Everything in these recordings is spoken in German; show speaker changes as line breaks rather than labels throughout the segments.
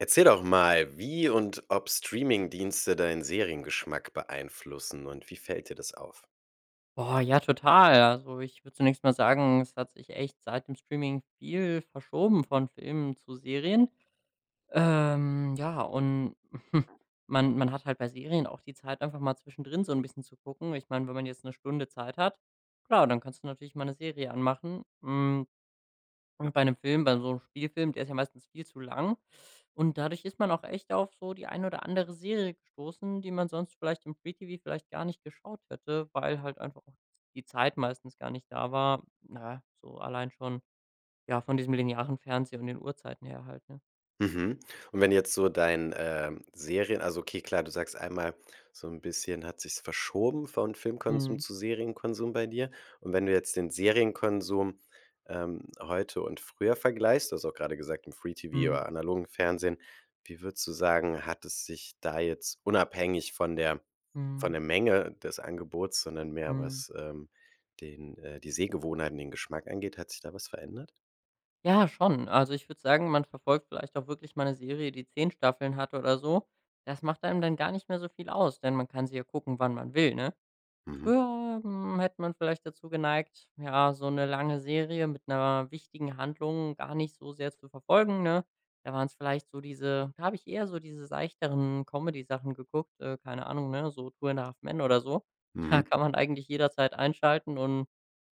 Erzähl doch mal, wie und ob Streamingdienste deinen Seriengeschmack beeinflussen und wie fällt dir das auf?
Boah, ja, total. Also, ich würde zunächst mal sagen, es hat sich echt seit dem Streaming viel verschoben von Filmen zu Serien. Ja, und man hat halt bei Serien auch die Zeit, einfach mal zwischendrin so ein bisschen zu gucken. Ich meine, wenn man jetzt eine Stunde Zeit hat, klar, dann kannst du natürlich mal eine Serie anmachen. Und bei einem Film bei so einem Spielfilm, der ist ja meistens viel zu lang. Und dadurch ist man auch echt auf so die ein oder andere Serie gestoßen, die man sonst vielleicht im Free TV vielleicht gar nicht geschaut hätte, weil halt einfach auch die Zeit meistens gar nicht da war. Na, so allein schon, ja, von diesem linearen Fernsehen und den Uhrzeiten her halt, ne?
Mhm. Und wenn jetzt so dein, Serien also okay, klar, du sagst einmal, so ein bisschen hat sich's verschoben von Filmkonsum
Mhm.
zu Serienkonsum bei dir. Und wenn du jetzt den Serienkonsum, heute und früher vergleichst, du hast auch gerade gesagt, im Free-TV
Mhm.
oder analogen Fernsehen, wie würdest du sagen, hat es sich da jetzt unabhängig von
Mhm.
der Menge des Angebots, sondern mehr
Mhm.
was, den die Sehgewohnheiten, den Geschmack angeht, hat sich da was verändert?
Ja, schon. Also, ich würde sagen, man verfolgt vielleicht auch wirklich mal 'ne Serie, die 10 Staffeln hat oder so. Das macht einem dann gar nicht mehr so viel aus, denn man kann sie ja gucken, wann man will, ne?
Mhm,
Früher, hätte man vielleicht dazu geneigt, ja, so eine lange Serie mit einer wichtigen Handlung gar nicht so sehr zu verfolgen, ne? Da waren es vielleicht so diese da habe ich eher so diese seichteren Comedy-Sachen geguckt, keine Ahnung, ne, so „Two and a Half Men" oder so. Da
mhm.
kann man eigentlich jederzeit einschalten und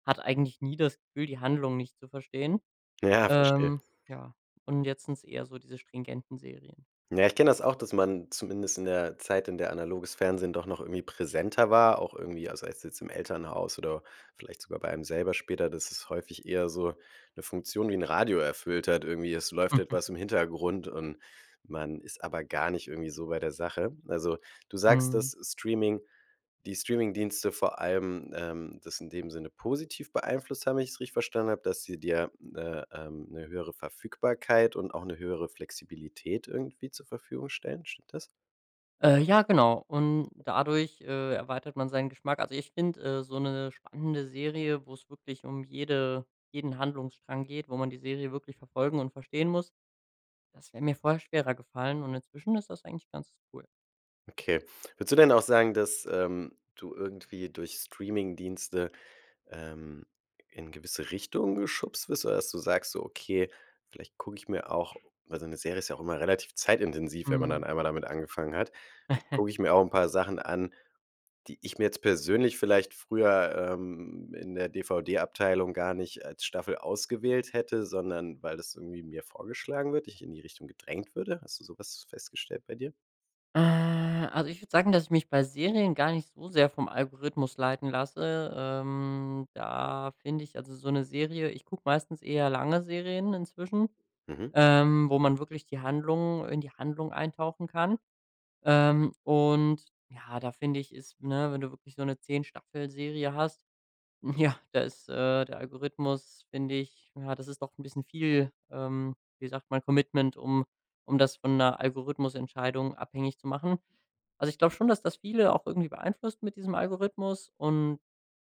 hat eigentlich nie das Gefühl, die Handlung nicht zu verstehen.
Ja, verstehe.
Ähm, ja, und jetzt sind es eher so diese stringenten Serien.
Ja, ich kenne das auch, dass man zumindest in der Zeit, in der analoges Fernsehen doch noch irgendwie präsenter war, auch irgendwie, also als jetzt im Elternhaus oder vielleicht sogar bei einem selber später, dass es häufig eher so eine Funktion wie ein Radio erfüllt hat. Irgendwie, es läuft etwas
Mhm.
im Hintergrund und man ist aber gar nicht irgendwie so bei der Sache. Also, du sagst,
Mhm.
dass Streaming die Streamingdienste vor allem, das in dem Sinne positiv beeinflusst haben, wenn ich es richtig verstanden habe, dass sie dir eine 'ne höhere Verfügbarkeit und auch eine höhere Flexibilität irgendwie zur Verfügung stellen. Stimmt das?
Ja, genau. Und dadurch, erweitert man seinen Geschmack. Also, ich finde, so eine spannende Serie, wo es wirklich um jeden Handlungsstrang geht, wo man die Serie wirklich verfolgen und verstehen muss, das wäre mir vorher schwerer gefallen und inzwischen ist das eigentlich ganz cool.
Okay. Würdest du denn auch sagen, dass, du irgendwie durch Streamingdienste, ähm, in gewisse Richtungen geschubst wirst oder dass du sagst so: „Okay, vielleicht gucke ich mir auch“, weil so 'ne Serie ist ja auch immer relativ zeitintensiv, wenn man dann
Mhm.
einmal damit angefangen hat. „Vielleicht gucke ich mir auch ein paar Sachen an, die ich mir jetzt persönlich vielleicht früher, in der DVD-Abteilung gar nicht als Staffel ausgewählt hätte, sondern weil das irgendwie mir vorgeschlagen wird, ich in die Richtung gedrängt würde.“ Hast du sowas festgestellt bei dir?
Äh, also, ich würde sagen, dass ich mich bei Serien gar nicht so sehr vom Algorithmus leiten lasse. Da finde ich, also, so eine Serie ich gucke meistens eher lange Serien inzwischen,
Mhm,
wo man wirklich die Handlung in die Handlung eintauchen kann. Und ja, da finde ich, ist, ne, wenn du wirklich so eine zehn Staffel-Serie hast, ja, da ist, der Algorithmus, finde ich ja, das ist doch ein bisschen viel, wie sagt man, Commitment, um das von einer Algorithmusentscheidung abhängig zu machen. Also, ich glaube schon, dass das viele auch irgendwie beeinflusst mit diesem Algorithmus und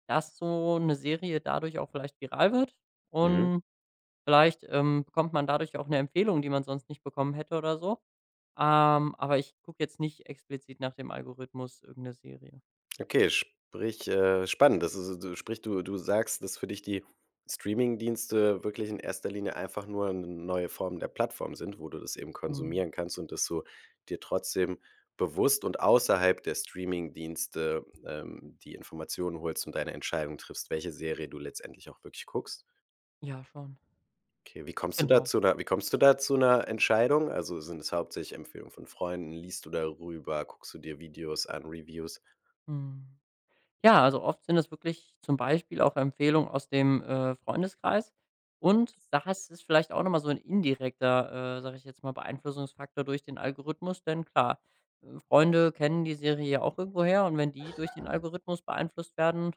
dass so eine Serie dadurch auch vielleicht viral wird
mhm.
und vielleicht bekommt man dadurch ja auch eine Empfehlung, die man sonst nicht bekommen hätte oder so. Aber ich gucke jetzt nicht explizit nach dem Algorithmus irgendeine Serie.
Okay, sprich, spannend. Das ist du sprich, Du sagst, dass für dich die Streaming-Dienste wirklich in erster Linie einfach nur eine neue Form der Plattform sind, wo du das eben
Mhm.
konsumieren kannst und dass du dir trotzdem bewusst und außerhalb der Streamingdienste, die Informationen holst und deine Entscheidung triffst, welche Serie du letztendlich auch wirklich guckst.
Ja, schon.
Okay,
Genau.
wie kommst du da zu 'ner Entscheidung? Also, sind es hauptsächlich Empfehlungen von Freunden? Liest du darüber? Guckst du dir Videos an, Reviews?
Mhm. Ja, also oft sind es wirklich zum Beispiel auch Empfehlungen aus dem, Freundeskreis. Und das ist vielleicht auch nochmal so ein indirekter, sage ich jetzt mal, Beeinflussungsfaktor durch den Algorithmus, denn klar, Freunde kennen die Serie ja auch irgendwoher und wenn die durch den Algorithmus beeinflusst werden.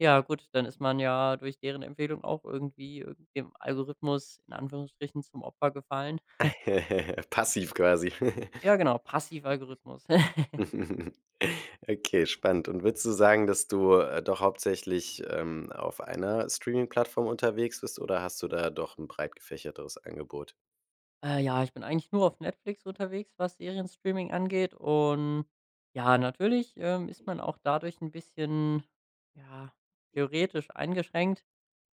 Ja gut, dann ist man ja durch deren Empfehlung auch irgendwie irgend dem Algorithmus in Anführungsstrichen zum Opfer gefallen.
Passiv quasi.
Ja genau, Passivalgorithmus.
Okay, spannend. Und würdest du sagen, dass du, doch hauptsächlich, auf einer Streaming-Plattform unterwegs bist oder hast du da doch ein breit gefächerteres Angebot?
Ja, ich bin eigentlich nur auf Netflix unterwegs, was Serienstreaming angeht. Und ja, natürlich, ist man auch dadurch ein bisschen, ja, theoretisch eingeschränkt,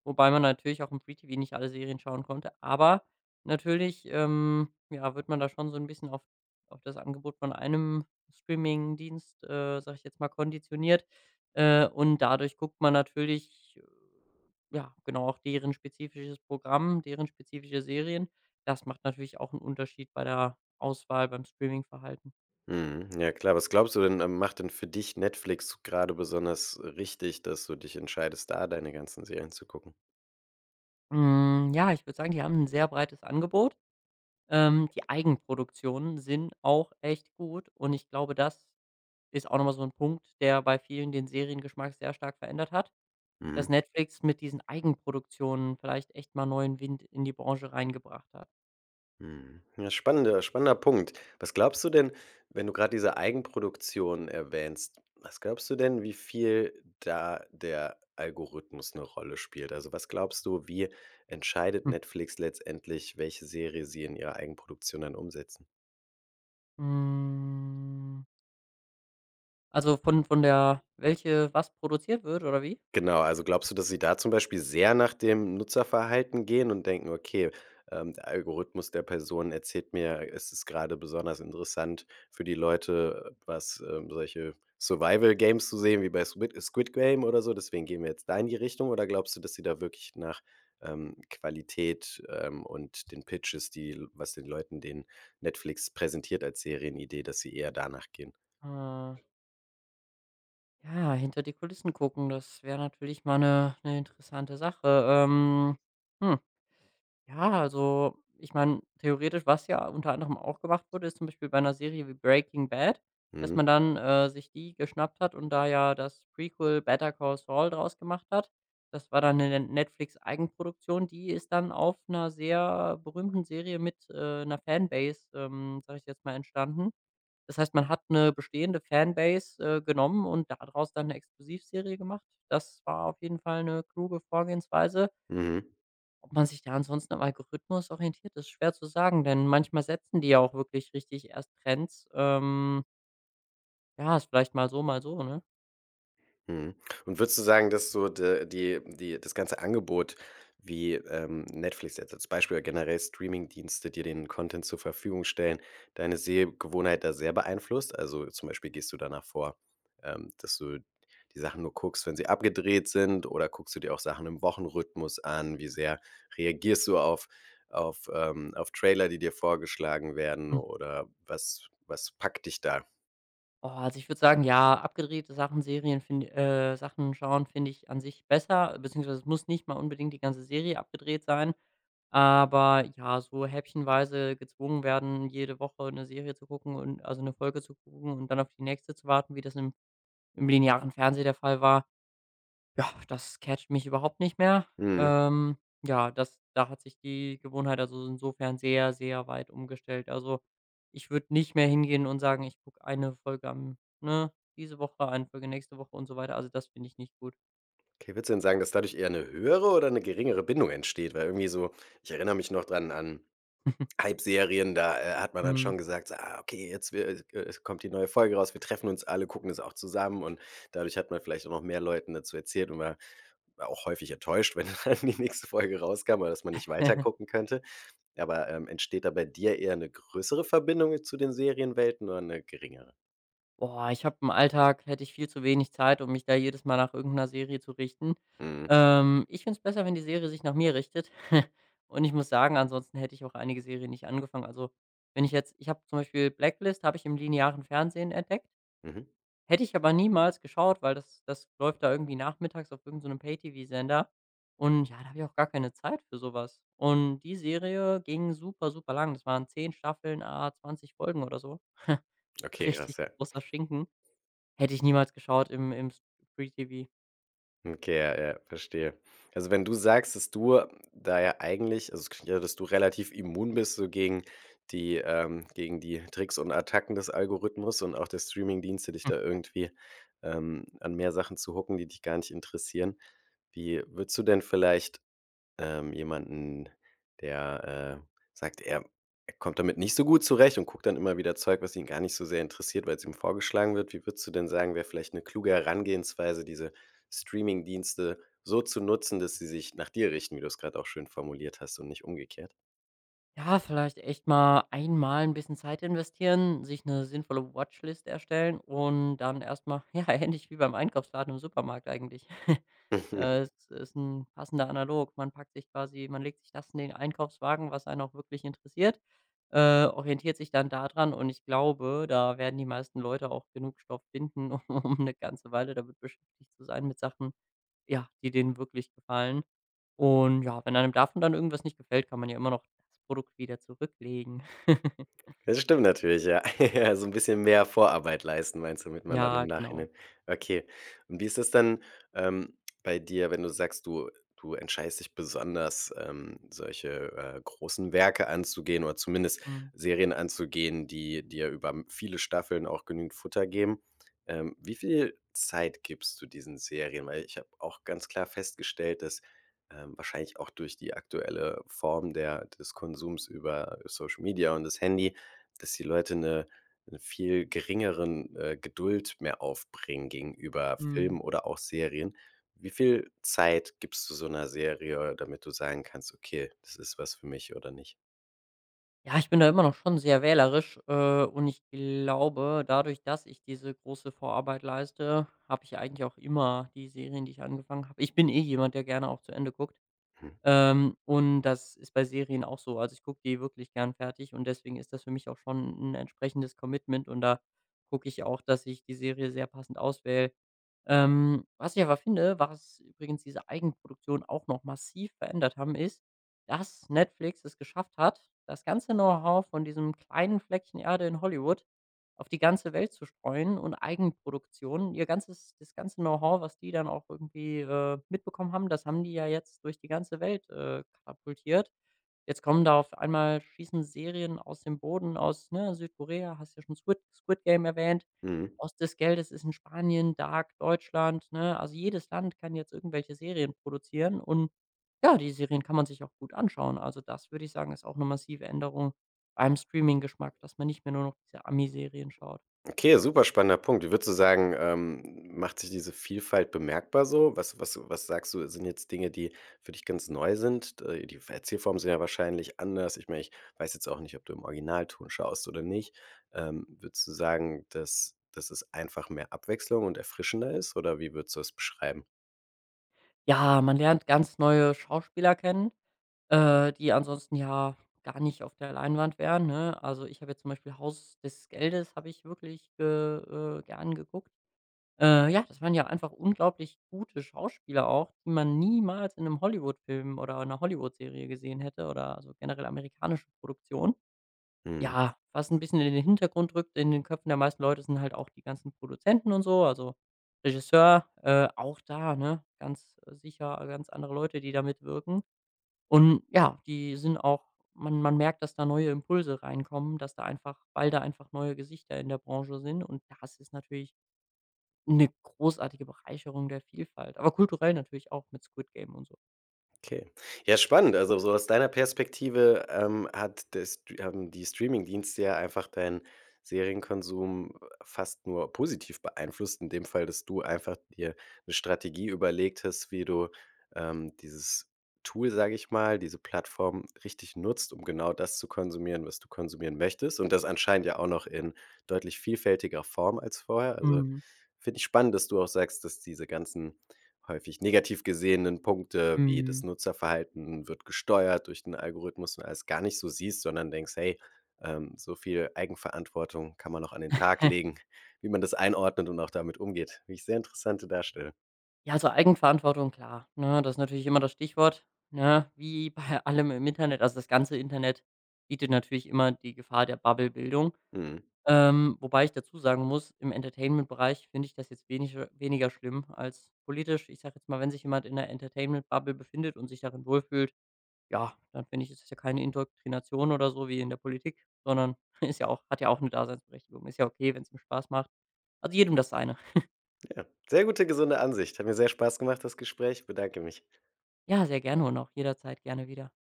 wobei man natürlich auch im Free TV nicht alle Serien schauen konnte. Aber natürlich, ja, wird man da schon so ein bisschen auf das Angebot von einem Streamingdienst, sage ich jetzt mal, konditioniert. Und dadurch guckt man natürlich, ja, genau, auch deren spezifisches Programm, deren spezifische Serien. Das macht natürlich auch einen Unterschied bei der Auswahl, beim Streamingverhalten.
Mhm, ja klar. Was glaubst du denn, macht denn für dich Netflix gerade besonders richtig, dass du dich entscheidest, da deine ganzen Serien zu gucken?
Hm, ja, ich würde sagen, die haben ein sehr breites Angebot. Die Eigenproduktionen sind auch echt gut und ich glaube, das ist auch nochmal so ein Punkt, der bei vielen den Seriengeschmack sehr stark verändert hat,
Mhm.
dass Netflix mit diesen Eigenproduktionen vielleicht echt mal neuen Wind in die Branche reingebracht hat.
Mhm. Ja, spannender Punkt. Was glaubst du denn, wenn du gerade diese Eigenproduktion erwähnst, was glaubst du denn, wie viel da der Algorithmus eine Rolle spielt? Also, was glaubst du, wie entscheidet
Hm.
Netflix letztendlich, welche Serie sie in ihrer Eigenproduktion dann umsetzen?
Hm, also, von der welche was produziert wird oder wie?
Genau, also glaubst du, dass sie da zum Beispiel sehr nach dem Nutzerverhalten gehen und denken: „Okay, der Algorithmus der Person erzählt mir, es ist gerade besonders interessant für die Leute, was, solche Survival Games zu sehen wie bei Squid Game oder so, deswegen gehen wir jetzt da in die Richtung.“ Oder glaubst du, dass sie da wirklich nach, Qualität, und den Pitches, die was den Leuten den Netflix präsentiert als Serienidee, dass sie eher danach gehen?
Äh. Ja, hinter die Kulissen gucken, das wäre natürlich mal eine interessante Sache. Hm, ja, also, ich meine, theoretisch, was ja unter anderem auch gemacht wurde, ist zum Beispiel bei einer Serie wie Breaking Bad, dass
Mhm,
man dann, sich die geschnappt hat und da ja das Prequel Better Call Saul draus gemacht hat. Das war dann eine Netflix-Eigenproduktion, die ist dann auf einer sehr berühmten Serie mit, 'ner Fanbase, sage ich jetzt mal, entstanden. Das heißt, man hat 'ne bestehende Fanbase, genommen und daraus dann 'ne Exklusivserie gemacht. Das war auf jeden Fall 'ne kluge Vorgehensweise.
mhm.
Ob man sich da ansonsten am Algorithmus orientiert, ist schwer zu sagen, denn manchmal setzen die ja auch wirklich richtig erst Trends. Ja, ist vielleicht mal so, ne?
Mhm. Und würdest du sagen, dass so de die die das ganze Angebot wie, Netflix jetzt als Beispiel oder generell Streamingdienste, die den Content zur Verfügung stellen, deine Sehgewohnheit da sehr beeinflusst? Also, zum Beispiel gehst du danach vor, dass du die Sachen nur guckst, wenn sie abgedreht sind, oder guckst du dir auch Sachen im Wochenrhythmus an? Wie sehr reagierst du auf auf Trailer, die dir vorgeschlagen werden,
Hm.
oder was packt dich da?
Oh, also, ich würde sagen, ja, abgedrehte Sachen, Serien finde Sachen schauen finde ich an sich besser, beziehungsweise es muss nicht mal unbedingt die ganze Serie abgedreht sein. Aber ja, so häppchenweise gezwungen werden, jede Woche eine Serie zu gucken und also eine Folge zu gucken und dann auf die nächste zu warten, wie das im linearen Fernsehen der Fall war, ja, das catcht mich überhaupt nicht mehr.
Mhm.
Ähm, ja, das da hat sich die Gewohnheit also insofern sehr, sehr weit umgestellt. Also, ich würde nicht mehr hingehen und sagen, ich gucke eine Folge am ne, diese Woche, eine Folge nächste Woche und so weiter. Also, das finde ich nicht gut.
Okay, würdest du denn sagen, dass dadurch eher eine höhere oder eine geringere Bindung entsteht? Weil irgendwie so ich erinnere mich noch dran an Hype-Serien, da, hat man dann
Mhm.
schon gesagt: „So, ah, okay, jetzt wir es kommt die neue Folge raus, wir treffen uns alle, gucken das auch zusammen.“ Und dadurch hat man vielleicht auch noch mehr Leuten dazu erzählt und war auch häufig enttäuscht, wenn dann die nächste Folge rauskam oder dass man nicht weiter gucken könnte. Aber, entsteht da bei dir eher eine größere Verbindung zu den Serienwelten oder eine geringere?
Boah, ich habe im Alltag hätte ich viel zu wenig Zeit, um mich da jedes Mal nach irgendeiner Serie zu richten.
Mhm.
Ich finde es besser, wenn die Serie sich nach mir richtet. Und ich muss sagen, ansonsten hätte ich auch einige Serien nicht angefangen. Also, wenn ich jetzt ich habe zum Beispiel Blacklist habe ich im linearen Fernsehen entdeckt,
Mhm.
hätte ich aber niemals geschaut, weil das läuft da irgendwie nachmittags auf irgendeinem so 'nem Pay-TV-Sender. Und ja, da habe ich auch gar keine Zeit für sowas. Und die Serie ging super, super lang. Das waren 10 Staffeln, 20 Folgen oder so.
Okay,
Richtig
krass, ja.
großer Schinken. Hätte ich niemals geschaut im Free-TV.
Okay, ja, ja, verstehe. Also, wenn du sagst, dass du da ja eigentlich also, es klingt ja, dass du relativ immun bist so gegen die Tricks und Attacken des Algorithmus und auch der Streamingdienste, dich da irgendwie, an mehr Sachen zu hocken, die dich gar nicht interessieren. Wie würdest du denn vielleicht jemanden, der, sagt, er kommt damit nicht so gut zurecht und guckt dann immer wieder Zeug, was ihn gar nicht so sehr interessiert, weil es ihm vorgeschlagen wird. Wie würdest du denn sagen, wäre vielleicht eine kluge Herangehensweise, diese Streaming-Dienste so zu nutzen, dass sie sich nach dir richten, wie du es gerade auch schön formuliert hast und nicht umgekehrt?
Ja, vielleicht echt mal einmal ein bisschen Zeit investieren, sich eine sinnvolle Watchlist erstellen und dann erstmal ja, ähnlich wie beim Einkaufsladen im Supermarkt eigentlich. Es ist ein passender Analog. Man legt sich das in den Einkaufswagen, was einen auch wirklich interessiert, orientiert sich dann daran und ich glaube, da werden die meisten Leute auch genug Stoff finden, um eine ganze Weile damit beschäftigt zu sein mit Sachen, ja, die denen wirklich gefallen. Und ja, wenn einem davon dann irgendwas nicht gefällt, kann man ja immer noch das Produkt wieder zurücklegen.
Das stimmt natürlich, ja. Ja, so ein bisschen mehr Vorarbeit leisten, meinst du, damit man dann im
Ja, genau.
Nachhinein okay. Und wie ist das dann, ähm, bei dir, wenn du sagst, du entscheidest dich besonders, solche, großen Werke anzugehen oder zumindest
Mhm.
Serien anzugehen, die dir über m viele Staffeln auch genügend Futter geben. Wie viel Zeit gibst du diesen Serien? Weil ich habe auch ganz klar festgestellt, dass, wahrscheinlich auch durch die aktuelle Form der des Konsums über Social Media und das Handy, dass die Leute eine 'ne viel geringeren, Geduld mehr aufbringen gegenüber
Mhm.
Filmen oder auch Serien. Wie viel Zeit gibst du so einer Serie, damit du sagen kannst: „Okay, das ist was für mich oder nicht?“
Ja, ich bin da immer noch schon sehr wählerisch, und ich glaube, dadurch, dass ich diese große Vorarbeit leiste, habe ich eigentlich auch immer die Serien, die ich angefangen habe. Ich bin eh jemand, der gerne auch zu Ende guckt.
Mhm.
Und das ist bei Serien auch so. Also, ich gucke die wirklich gern fertig und deswegen ist das für mich auch schon ein entsprechendes Commitment und da gucke ich auch, dass ich die Serie sehr passend auswähle. Was ich aber finde, was übrigens diese Eigenproduktion auch noch massiv verändert haben, ist, dass Netflix es geschafft hat, das ganze Know-how von diesem kleinen Fleckchen Erde in Hollywood auf die ganze Welt zu streuen und Eigenproduktionen. Ihr ganzes Das ganze Know-how, was die dann auch irgendwie, mitbekommen haben, das haben die ja jetzt durch die ganze Welt, katapultiert. Jetzt kommen da auf einmal schießen Serien aus dem Boden aus, ne, Südkorea, hast ja schon Squid Game erwähnt.
Mhm.
Aus des Geldes ist in Spanien, Dark, Deutschland, ne? Also, jedes Land kann jetzt irgendwelche Serien produzieren und ja, die Serien kann man sich auch gut anschauen. Also, das würde ich sagen, ist auch eine massive Änderung, beim Streaming-Geschmack, dass man nicht mehr nur noch diese Ami-Serien schaut.
Okay, super spannender Punkt. Wie würdest du sagen, macht sich diese Vielfalt bemerkbar so? Was sagst du, sind jetzt Dinge, die für dich ganz neu sind? Die Erzählformen sind ja wahrscheinlich anders. Ich meine, ich weiß jetzt auch nicht, ob du im Originalton schaust oder nicht. Würdest du sagen, dass es einfach mehr Abwechslung und erfrischender ist oder wie würdest du es beschreiben?
Ja, man lernt ganz neue Schauspieler kennen, die ansonsten ja gar nicht auf der Leinwand wären, ne? Also, ich habe jetzt zum Beispiel „Haus des Geldes" habe ich wirklich ge gern geguckt. Ja, das waren ja einfach unglaublich gute Schauspieler auch, die man niemals in einem Hollywood-Film oder einer Hollywood-Serie gesehen hätte oder also generell amerikanische Produktion.
Mhm.
Ja, was ein bisschen in den Hintergrund rückt in den Köpfen der meisten Leute, sind halt auch die ganzen Produzenten und so, also Regisseur, auch da, ne, ganz sicher ganz andere Leute, die da mitwirken. Und ja, die sind auch. Man merkt, dass da neue Impulse reinkommen, dass da einfach weil da einfach neue Gesichter in der Branche sind und das ist natürlich eine großartige Bereicherung der Vielfalt, aber kulturell natürlich auch mit Squid Game und so.
Okay. Ja, spannend. Also, so aus deiner Perspektive, hat das haben die Streamingdienste ja einfach deinen Serienkonsum fast nur positiv beeinflusst, in dem Fall, dass du einfach dir eine Strategie überlegt hast, wie du, dieses Tool, sage ich mal, diese Plattform richtig nutzt, um genau das zu konsumieren, was du konsumieren möchtest und das anscheinend ja auch noch in deutlich vielfältiger Form als vorher. Also,
Mhm,
finde ich spannend, dass du auch sagst, dass diese ganzen häufig negativ gesehenen Punkte, wie das
mhm.
Nutzerverhalten wird gesteuert durch den Algorithmus und alles gar nicht so siehst, sondern denkst: „Hey, so viel Eigenverantwortung kann man noch an den Tag legen“, wie man das einordnet und auch damit umgeht, wie ich sehr interessante darstelle.
Ja, also Eigenverantwortung, klar, ne? Das ist natürlich immer das Stichwort, ne? Wie bei allem im Internet. Also das ganze Internet bietet natürlich immer die Gefahr der Bubblebildung.
Mhm.
Wobei ich dazu sagen muss, im Entertainment-Bereich finde ich das jetzt weniger schlimm als politisch. Ich sage jetzt mal, wenn sich jemand in 'ner Entertainment-Bubble befindet und sich darin wohlfühlt, ja, dann finde ich, ist das ja keine Indoktrination oder so wie in der Politik, sondern ist ja auch hat ja auch 'ne Daseinsberechtigung. Ist ja okay, wenn es ihm Spaß macht. Also jedem das Seine.
Ja, sehr gute, gesunde Ansicht. Hat mir sehr Spaß gemacht, das Gespräch. Bedanke mich.
Ja, sehr gerne und auch jederzeit gerne wieder.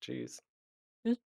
Tschüss.
Tschüss.